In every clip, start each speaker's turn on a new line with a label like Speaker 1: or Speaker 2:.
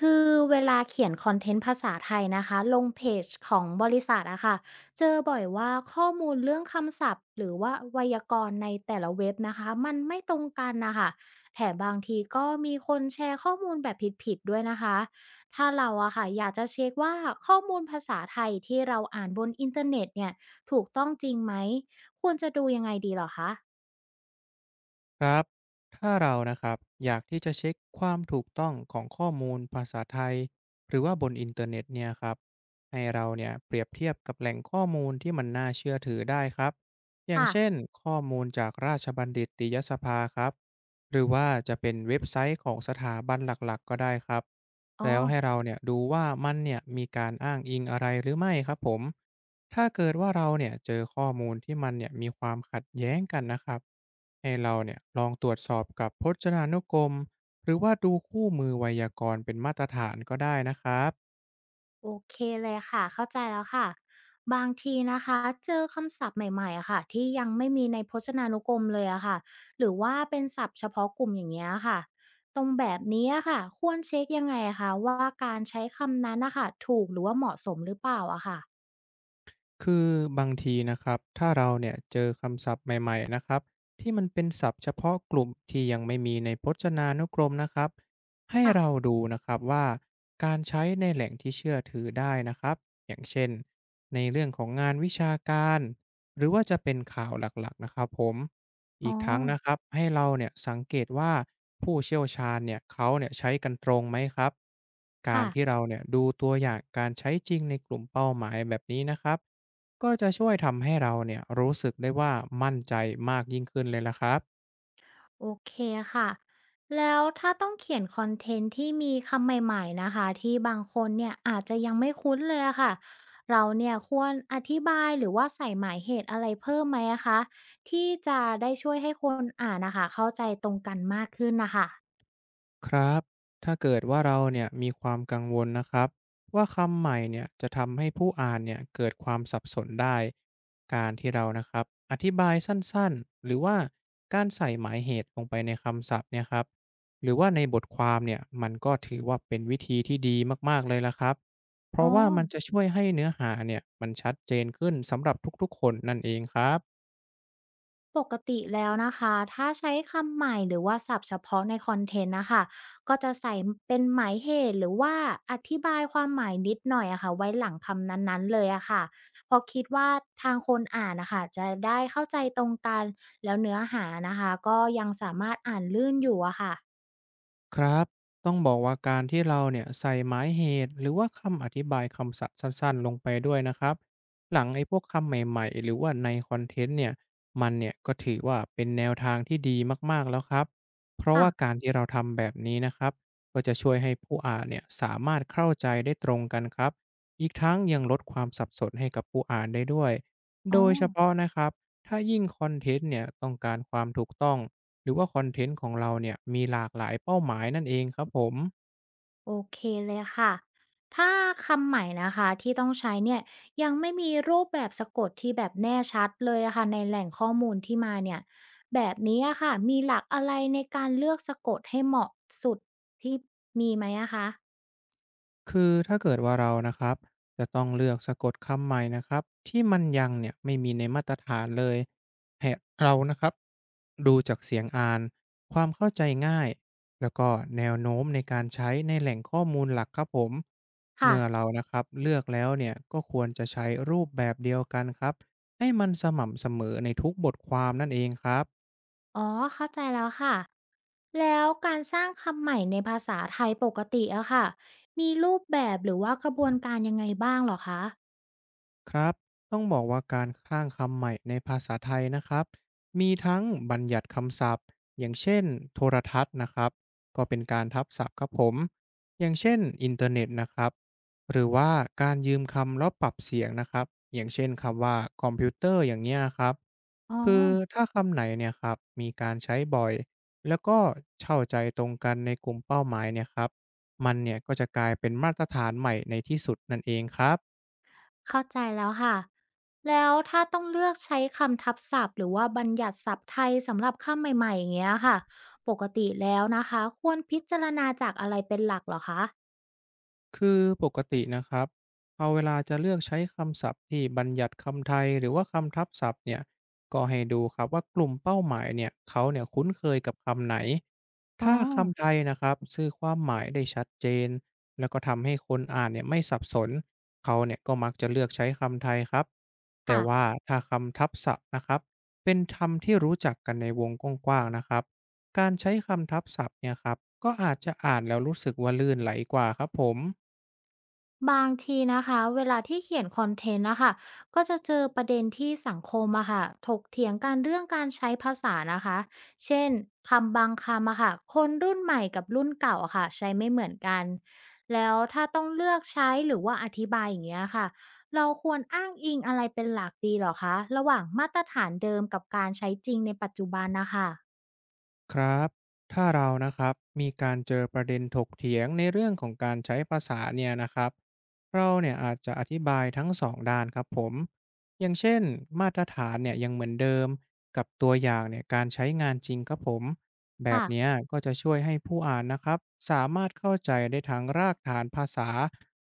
Speaker 1: คือเวลาเขียนคอนเทนต์ภาษาไทยนะคะลงเพจของบริษัทอะค่ะเจอบ่อยว่าข้อมูลเรื่องคำศัพท์หรือว่าไวยากรณ์ในแต่ละเว็บนะคะมันไม่ตรงกันนะคะแถมบางทีก็มีคนแชร์ข้อมูลแบบผิดๆด้วยนะคะถ้าเราอะค่ะอยากจะเช็คว่าข้อมูลภาษาไทยที่เราอ่านบนอินเทอร์เน็ตเนี่ยถูกต้องจริงไหมควรจะดูยังไงดีเหรอคะ
Speaker 2: ครับถ้าเรานะครับ อยากที่จะเช็คความถูกต้องของข้อมูลภาษาไทยหรือว่าบนอินเทอร์เน็ตเนี่ยครับให้เราเนี่ยเปรียบเทียบกับแหล่งข้อมูลที่มันน่าเชื่อถือได้ครับอย่าง
Speaker 1: อ่ะ
Speaker 2: เช่นข้อมูลจากราชบัณฑิตยสภาครับ หรือว่าจะเป็นเว็บไซต์ของสถาบันหลักๆก็ได้ครับ
Speaker 1: อ๋อ
Speaker 2: แล้วให้เราเนี่ยดูว่ามันเนี่ยมีการอ้างอิงอะไรหรือไม่ครับผม ถ้าเกิดว่าเราเนี่ยเจอข้อมูลที่มันเนี่ยมีความขัดแย้งกันนะครับให้เราเนี่ยลองตรวจสอบกับพจนานุกรมหรือว่าดูคู่มือไวยากรณ์เป็นมาตรฐานก็ได้นะครับ
Speaker 1: โอเคเลยค่ะ เข้าใจแล้วค่ะบางทีนะคะเจอคำศัพท์ใหม่ๆอะค่ะที่ยังไม่มีในพจนานุกรมเลยอะค่ะหรือว่าเป็นศัพท์เฉพาะกลุ่มอย่างเงี้ยค่ะตรงแบบนี้อะค่ะควรเช็คยังไงอะคะว่าการใช้คำนั้นนะคะถูกหรือว่าเหมาะสมหรือเปล่าอะค่ะ
Speaker 2: คือบางทีนะครับถ้าเราเนี่ยเจอคำศัพท์ใหม่ๆนะครับที่มันเป็นศัพท์เฉพาะกลุ่มที่ยังไม่มีในพจนานุกรมนะครับให้เรา
Speaker 1: ค่ะ
Speaker 2: ดูนะครับว่าการใช้ในแหล่งที่เชื่อถือได้นะครับอย่างเช่นในเรื่องของงานวิชาการหรือว่าจะเป็นข่าวหลักๆนะครับผม
Speaker 1: อ๋
Speaker 2: อี
Speaker 1: อ
Speaker 2: กทั้งนะครับให้เราเนี่ยสังเกตว่าผู้เชี่ยวชาญเนี่ยเขาเนี่ยใช้กันตรงไหมครับการ
Speaker 1: ค่ะ
Speaker 2: ที่เราเนี่ยดูตัวอย่างการใช้จริงในกลุ่มเป้าหมายแบบนี้นะครับ ก็จะช่วยทำให้เราเนี่ยรู้สึกได้ว่ามั่นใจมากยิ่งขึ้นเลยล่ะครับ
Speaker 1: โอเคค่ะ แล้วถ้าต้องเขียนคอนเทนต์ที่มีคำใหม่ๆนะคะ ที่บางคนเนี่ยอาจจะยังไม่คุ้นเลยอะค่ะเราเนี่ยควรอธิบายหรือว่าใส่หมายเหตุอะไรเพิ่มไหมอะคะที่จะได้ช่วยให้คนอ่านนะคะเข้าใจตรงกันมากขึ้นนะคะ
Speaker 2: ครับถ้าเกิดว่าเราเนี่ยมีความกังวลนะครับว่าคำใหม่เนี่ยจะทำให้ผู้อ่านเนี่ยเกิดความสับสนได้การที่เรานะครับอธิบายสั้นๆหรือว่าการใส่หมายเหตุลงไปในคำศัพท์เนี่ยครับหรือว่าในบทความเนี่ยมันก็ถือว่าเป็นวิธีที่ดีมากๆเลยล่ะครับเพ
Speaker 1: อ๋อ
Speaker 2: ราะว่ามันจะช่วยให้เนื้อหาเนี่ยมันชัดเจนขึ้นสำหรับทุกๆคนนั่นเองครับ
Speaker 1: ปกติแล้วนะคะถ้าใช้คำใหม่หรือว่าศัพท์เฉพาะในคอนเทนต์นะคะก็จะใส่เป็นหมายเหตุหรือว่าอธิบายความหมายนิดหน่อยอะค่ะไว้หลังคำนั้นๆเลยอะค่ะเพราะคิดว่าทางคนอ่านนะคะจะได้เข้าใจตรงกันแล้วเนื้อหานะคะก็ยังสามารถอ่านลื่นอยู่อะค่ะ
Speaker 2: ครับต้องบอกว่าการที่เราเนี่ยใส่หมายเหตุหรือว่าคำอธิบายคำศัพท์สั้นๆลงไปด้วยนะครับหลังไอ้พวกคำใหม่ๆหรือว่าในคอนเทนต์เนี่ยมันเนี่ยก็ถือว่าเป็นแนวทางที่ดีมากๆแล้วครับเพราะ
Speaker 1: ค่ะ
Speaker 2: ว่าการที่เราทำแบบนี้นะครับก็จะช่วยให้ผู้อ่านเนี่ยสามารถเข้าใจได้ตรงกันครับอีกทั้งยังลดความสับสนให้กับผู้อ่านได้ด้วย
Speaker 1: อ๋
Speaker 2: โด
Speaker 1: อ
Speaker 2: ยเฉพาะนะครับถ้ายิ่งคอนเทนต์เนี่ยต้องการความถูกต้อง หรือว่าคอนเทนต์ของเราเนี่ยมีหลากหลายเป้าหมายนั่นเองครับผม
Speaker 1: โอเคเลยค่ะถ้าคำใหม่นะคะที่ต้องใช้เนี่ยยังไม่มีรูปแบบสะกดที่แบบแน่ชัดเลยอะค่ะในแหล่งข้อมูลที่มาเนี่ยแบบนี้อะค่ะมีหลักอะไรในการเลือกสะกดให้เหมาะสุดที่มีไหมอะคะ
Speaker 2: คือถ้าเกิดว่าเรานะครับจะต้องเลือกสะกดคำใหม่นะครับที่มันยังเนี่ยไม่มีในมาตรฐานเลยให้เรานะครับดูจากเสียงอ่านความเข้าใจง่ายแล้วก็แนวโน้มในการใช้ในแหล่งข้อมูลหลักครับผม
Speaker 1: ค่ะ
Speaker 2: เมื่อเรานะครับเลือกแล้วเนี่ยก็ควรจะใช้รูปแบบเดียวกันครับให้มันสม่ำเสมอในทุกบทความนั่นเองครับ
Speaker 1: อ๋อเข้าใจแล้วค่ะแล้วการสร้างคำใหม่ในภาษาไทยปกติอะค่ะมีรูปแบบหรือว่ากระบวนการยังไงบ้างเหรอคะ
Speaker 2: ครับต้องบอกว่าการข้างคำใหม่ในภาษาไทยนะครับ มีทั้งบัญญัติคำศัพท์อย่างเช่นโทรทัศน์นะครับ ก็เป็นการทับศัพท์ครับผม อย่างเช่นอินเทอร์เน็ตนะครับ หรือว่าการยืมคำแล้วปรับเสียงนะครับ อย่างเช่นคำว่าคอมพิวเตอร์อย่างเนี้ยครับ
Speaker 1: อ๋อ
Speaker 2: คือถ้าคำไหนเนี่ยครับมีการใช้บ่อยแล้วก็เช่าใจตรงกันในกลุ่มเป้าหมายเนี่ยครับมันเนี่ยก็จะกลายเป็นมาตรฐานใหม่ในที่สุดนั่นเองครับ
Speaker 1: เข้าใจแล้วค่ะ แล้วถ้าต้องเลือกใช้คำทับศัพท์หรือว่าบัญญัติศัพท์ไทยสำหรับคำใหม่ๆอย่างเงี้ยค่ะ ปกติแล้วนะคะควรพิจารณาจากอะไรเป็นหลักเหรอคะ
Speaker 2: คือปกตินะครับพอเวลาจะเลือกใช้คำศัพท์ที่บัญญัติคำไทยหรือว่าคำทับศัพท์เนี่ยก็ให้ดูครับว่ากลุ่มเป้าหมายเนี่ยเขาเนี่ยคุ้นเคยกับคำไหน
Speaker 1: อ๋อ
Speaker 2: ถ้าคำไทยนะครับซื่อความหมายได้ชัดเจนแล้วก็ทำให้คนอ่านเนี่ยไม่สับสนเขาเนี่ยก็มักจะเลือกใช้คำไทยครับแต่
Speaker 1: ค่ะ
Speaker 2: ว่าถ้าคำทับศัพท์นะครับเป็นคำที่รู้จักกันในวงกว้างๆนะครับการใช้คำทับศัพท์เนี่ยครับก็อาจจะอ่านแล้วรู้สึกว่าลื่นไหลกว่าครับผม
Speaker 1: บางทีนะคะเวลาที่เขียนคอนเทนต์นะคะก็จะเจอประเด็นที่สังคมอะค่ะถกเถียงกันเรื่องการใช้ภาษานะคะเช่นคำบางคำอะค่ะคนรุ่นใหม่กับรุ่นเก่าอะค่ะใช้ไม่เหมือนกันแล้วถ้าต้องเลือกใช้หรือว่าอธิบายอย่างเงี้ยค่ะเราควรอ้างอิงอะไรเป็นหลักดีเหรอคะระหว่างมาตรฐานเดิมกับการใช้จริงในปัจจุบันนะคะ
Speaker 2: ครับ ถ้าเรานะครับมีการเจอประเด็นถกเถียงในเรื่องของการใช้ภาษาเนี่ยนะครับเราเนี่ยอาจจะอธิบายทั้งสองด้านครับผม อย่างเช่น มาตรฐานเนี่ยยังเหมือนเดิมกับตัวอย่างเนี่ยการใช้งานจริงครับผมแบบ
Speaker 1: ค่ะ
Speaker 2: เนี้ยก็จะช่วยให้ผู้อ่านนะครับสามารถเข้าใจได้ทั้งรากฐานภาษา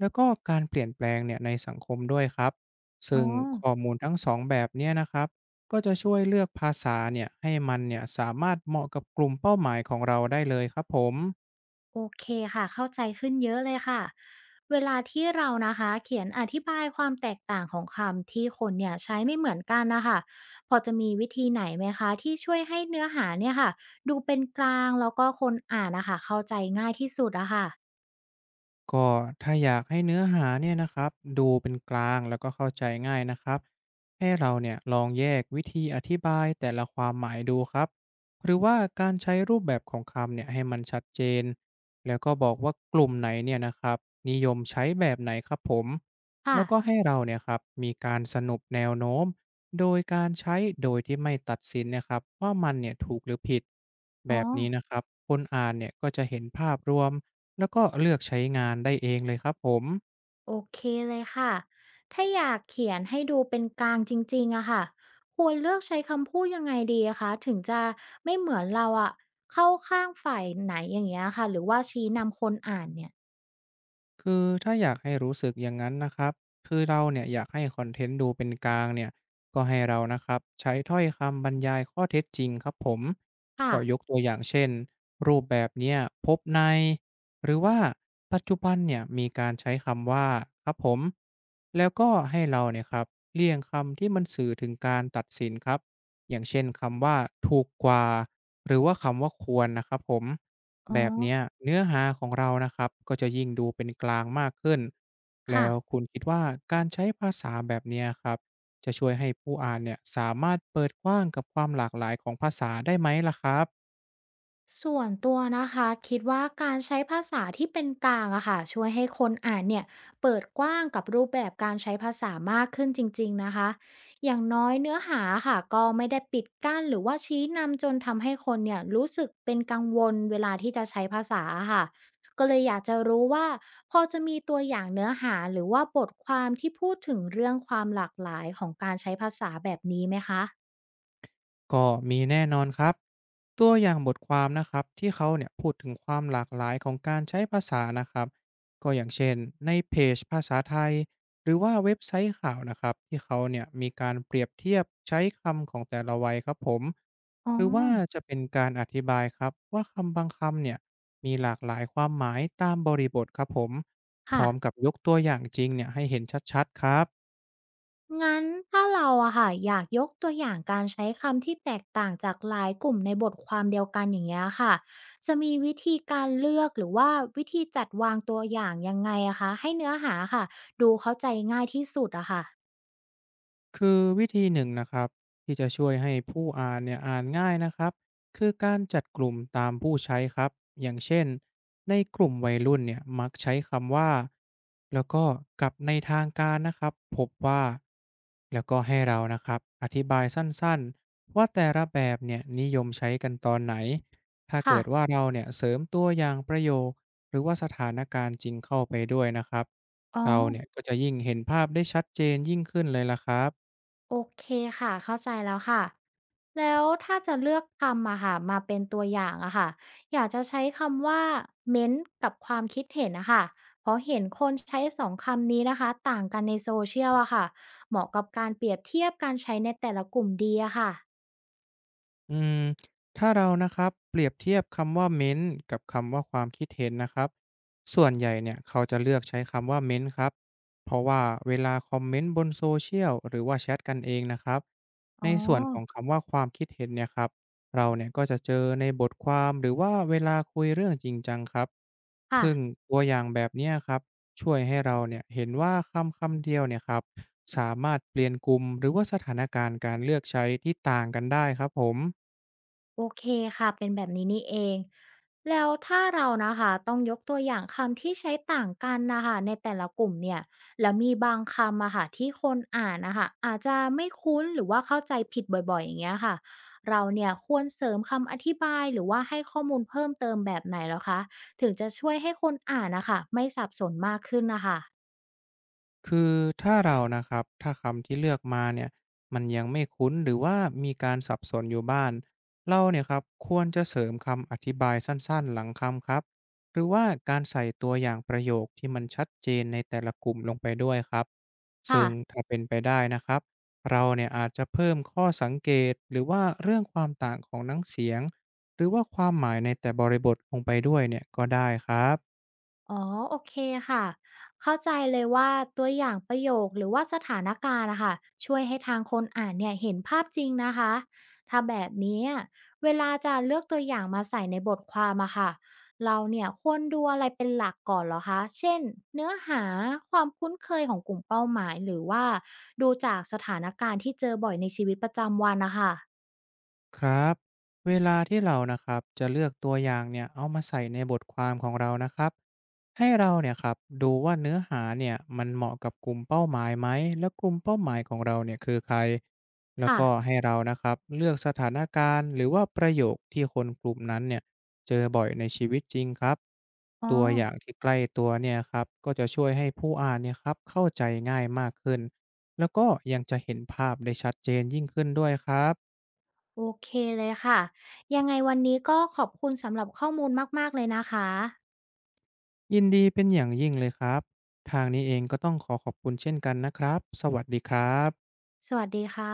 Speaker 2: แล้วก็การเปลี่ยนแปลงเนี่ยในสังคมด้วยครับ
Speaker 1: อ๋อ
Speaker 2: ซึ่งข้อมูลทั้งสองแบบเนี้ยนะครับ ก็จะช่วยเลือกภาษาเนี่ยให้มันเนี่ยสามารถเหมาะกับกลุ่มเป้าหมายของเราได้เลยครับผม
Speaker 1: โอเคค่ะเข้าใจขึ้นเยอะเลยค่ะเวลาที่เรานะคะเขียนอธิบายความแตกต่างของคำที่คนเนี่ยใช้ไม่เหมือนกันนะคะพอจะมีวิธีไหนไหมคะที่ช่วยให้เนื้อหาเนี่ยค่ะดูเป็นกลางแล้วก็คนอ่านนะคะเข้าใจง่ายที่สุดอะค่ะ
Speaker 2: ก็ถ้าอยากให้เนื้อหาเนี่ยนะครับดูเป็นกลางแล้วก็เข้าใจง่ายนะครับให้เราเนี่ยลองแยกวิธีอธิบายแต่ละความหมายดูครับหรือว่าการใช้รูปแบบของคำเนี่ยให้มันชัดเจนแล้วก็บอกว่ากลุ่มไหนเนี่ยนะครับนิยมใช้แบบไหนครับผม
Speaker 1: ค่ะ
Speaker 2: แล้วก็ให้เราเนี่ยครับมีการสนุปแนวโน้มโดยการใช้โดยที่ไม่ตัดสินนะครับว่ามันเนี่ยถูกหรือผิดแบ
Speaker 1: อ๋อ
Speaker 2: บนี้นะครับคนอ่านเนี่ยก็จะเห็นภาพรวม แล้วก็เลือกใช้งานได้เองเลยครับผม
Speaker 1: โอเคเลยค่ะ ถ้าอยากเขียนให้ดูเป็นกลางจริงๆอะค่ะ ควรเลือกใช้คำพูดยังไงดีอะคะ ถึงจะไม่เหมือนเราอะเข้าข้างฝ่ายไหนอย่างเงี้ยค่ะหรือว่าชี้นำคนอ่านเนี่ย
Speaker 2: คือถ้าอยากให้รู้สึกอย่างนั้นนะครับคือเราเนี่ยอยากให้คอนเทนต์ดูเป็นกลางเนี่ยก็ให้เรานะครับใช้ถ้อยคำบรรยายข้อเท็จจริงครับผม
Speaker 1: ค่ะ
Speaker 2: ก็ยกตัวอย่างเช่นรูปแบบเนี้ยพบในหรือว่าปัจจุบันเนี่ยมีการใช้คำว่าครับผมแล้วก็ให้เราเนี่ยครับเลี่ยงคำที่มันสื่อถึงการตัดสินครับอย่างเช่นคำว่าถูกกว่าหรือว่าคำว่าควรนะครับผม
Speaker 1: อ๋อ
Speaker 2: แบบเนี้ยเนื้อหาของเรานะครับก็จะยิ่งดูเป็นกลางมากขึ้นแล้ว
Speaker 1: ค่ะ
Speaker 2: คุณคิดว่าการใช้ภาษาแบบเนี้ยครับจะช่วยให้ผู้อ่านเนี่ยสามารถเปิดกว้างกับความหลากหลายของภาษาได้ไหมล่ะครับ
Speaker 1: ส่วนตัวนะคะคิดว่าการใช้ภาษาที่เป็นกลางอะค่ะช่วยให้คนอ่านเนี่ยเปิดกว้างกับรูปแบบการใช้ภาษามากขึ้นจริงๆนะคะอย่างน้อยเนื้อหาค่ะก็ไม่ได้ปิดกั้นหรือว่าชี้นำจนทำให้คนเนี่ยรู้สึกเป็นกังวลเวลาที่จะใช้ภาษาค่ะก็เลยอยากจะรู้ว่าพอจะมีตัวอย่างเนื้อหาหรือว่าบทความที่พูดถึงเรื่องความหลากหลายของการใช้ภาษาแบบนี้ไหมคะ
Speaker 2: ก็มีแน่นอนครับตัวอย่างบทความนะครับที่เขาเนี่ยพูดถึงความหลากหลายของการใช้ภาษานะครับก็อย่างเช่นในเพจภาษาไทยหรือว่าเว็บไซต์ข่าวนะครับที่เขาเนี่ยมีการเปรียบเทียบใช้คำของแต่ละวัยครับผม
Speaker 1: อ๋อ
Speaker 2: หรือว่าจะเป็นการอธิบายครับว่าคำบางคำเนี่ยมีหลากหลายความหมายตามบริบทครับผมพ
Speaker 1: ค่ะ
Speaker 2: ร้อมกับยกตัวอย่างจริงเนี่ยให้เห็นชัดๆครับ
Speaker 1: งั้นถ้าเราอะค่ะอยากยกตัวอย่างการใช้คำที่แตกต่างจากหลายกลุ่มในบทความเดียวกันอย่างเงี้ยค่ะจะมีวิธีการเลือกหรือว่าวิธีจัดวางตัวอย่างยังไงอะคะให้เนื้อหาค่ะดูเข้าใจง่ายที่สุดอะค่ะ
Speaker 2: คือวิธีหนึ่งนะครับที่จะช่วยให้ผู้อ่านเนี่ยอ่านง่ายนะครับคือการจัดกลุ่มตามผู้ใช้ครับอย่างเช่นในกลุ่มวัยรุ่นเนี่ยมักใช้คำว่าแล้วก็กับในทางการนะครับพบว่าแล้วก็ให้เรานะครับอธิบายสั้นๆว่าแต่ละแบบเนี่ยนิยมใช้กันตอนไหนถ้า
Speaker 1: ค่ะ
Speaker 2: เกิดว่าเราเนี่ยเสริมตัวอย่างประโยคหรือว่าสถานการณ์จริงเข้าไปด้วยนะครับ
Speaker 1: อ๋อ
Speaker 2: เราเนี่ยก็จะยิ่งเห็นภาพได้ชัดเจนยิ่งขึ้นเลยล่ะครับ
Speaker 1: โอเคค่ะ เข้าใจแล้วค่ะ แล้วถ้าจะเลือกคำอะค่ะมาเป็นตัวอย่างอะค่ะ อยากจะใช้คำว่าเม้นต์กับความคิดเห็นนะคะเพราะเห็นคนใช้สองคำนี้นะคะต่างกันในโซเชียลอะค่ะ เหมาะกับการเปรียบเทียบการใช้ในแต่ละกลุ่มดีอะค่ะ
Speaker 2: อืมถ้าเรานะครับเปรียบเทียบคำว่าเม้นต์กับคำว่าความคิดเห็นนะครับส่วนใหญ่เนี่ยเขาจะเลือกใช้คำว่าเม้นต์ครับเพราะว่าเวลาคอมเมนต์บนโซเชียลหรือว่าแชทกันเองนะครับ
Speaker 1: อ๋
Speaker 2: ใน
Speaker 1: อ
Speaker 2: ส่วนของคำว่าความคิดเห็นเนี่ยครับเราเนี่ยก็จะเจอในบทความหรือว่าเวลาคุยเรื่องจริงจังครับ
Speaker 1: ค่ะ
Speaker 2: ซึ่งตัวอย่างแบบเนี้ยครับช่วยให้เราเนี่ยเห็นว่าคำคำเดียวเนี่ยครับสามารถเปลี่ยนกลุ่มหรือว่าสถานการณ์การเลือกใช้ที่ต่างกันได้ครับผม
Speaker 1: โอเคค่ะเป็นแบบนี้นี่เองแล้วถ้าเรานะคะต้องยกตัวอย่างคำที่ใช้ต่างกันนะคะในแต่ละกลุ่มเนี่ยแล้วมีบางคำอะค่ะที่คนอ่านนะคะอาจจะไม่คุ้นหรือว่าเข้าใจผิดบ่อยๆอย่างเงี้ยค่ะเราเนี่ยควรเสริมคำอธิบายหรือว่าให้ข้อมูลเพิ่มเติมแบบไหนแล้วคะถึงจะช่วยให้คนอ่านนะคะไม่สับสนมากขึ้นนะคะ
Speaker 2: คือถ้าเรานะครับถ้าคำที่เลือกมาเนี่ยมันยังไม่คุ้นหรือว่ามีการสับสนอยู่บ้านเราเนี่ยครับควรจะเสริมคำอธิบายสั้นๆหลังคำครับหรือว่าการใส่ตัวอย่างประโยคที่มันชัดเจนในแต่ละกลุ่มลงไปด้วยครับ
Speaker 1: ค่ะ
Speaker 2: ซึ่งถ้าเป็นไปได้นะครับเราเนี่ยอาจจะเพิ่มข้อสังเกตหรือว่าเรื่องความต่างของน้ำเสียงหรือว่าความหมายในแต่บริบทลงไปด้วยเนี่ยก็ได้ครับ
Speaker 1: อ๋อโอเคค่ะเข้าใจเลยว่าตัวอย่างประโยคหรือว่าสถานการณ์นะคะช่วยให้ทางคนอ่านเนี่ยเห็นภาพจริงนะคะถ้าแบบนี้อะเวลาจะเลือกตัวอย่างมาใส่ในบทความอะค่ะเราเนี่ยควรดูอะไรเป็นหลักก่อนเหรอคะเช่นเนื้อหาความคุ้นเคยของกลุ่มเป้าหมายหรือว่าดูจากสถานการณ์ที่เจอบ่อยในชีวิตประจำวันนะคะ
Speaker 2: ครับเวลาที่เรานะครับจะเลือกตัวอย่างเนี่ยเอามาใส่ในบทความของเรานะครับให้เราเนี่ยครับดูว่าเนื้อหาเนี่ยมันเหมาะกับกลุ่มเป้าหมายไหมและกลุ่มเป้าหมายของเราเนี่ยคือใครแล้วก็
Speaker 1: ค่ะ
Speaker 2: ให้เรานะครับเลือกสถานการณ์หรือว่าประโยคที่คนกลุ่มนั้นเนี่ยเจอบ่อยในชีวิตจริงครับ
Speaker 1: อ๋อ
Speaker 2: ตัวอย่างที่ใกล้ตัวเนี่ยครับก็จะช่วยให้ผู้อ่านเนี่ยครับเข้าใจง่ายมากขึ้นแล้วก็ยังจะเห็นภาพได้ชัดเจนยิ่งขึ้นด้วยครับ
Speaker 1: โอเคเลยค่ะยังไงวันนี้ก็ขอบคุณสำหรับข้อมูลมากๆเลยนะคะ
Speaker 2: ยินดีเป็นอย่างยิ่งเลยครับทางนี้เองก็ต้องขอขอบคุณเช่นกันนะครับสวัสดีครับ
Speaker 1: สวัสดีค่ะ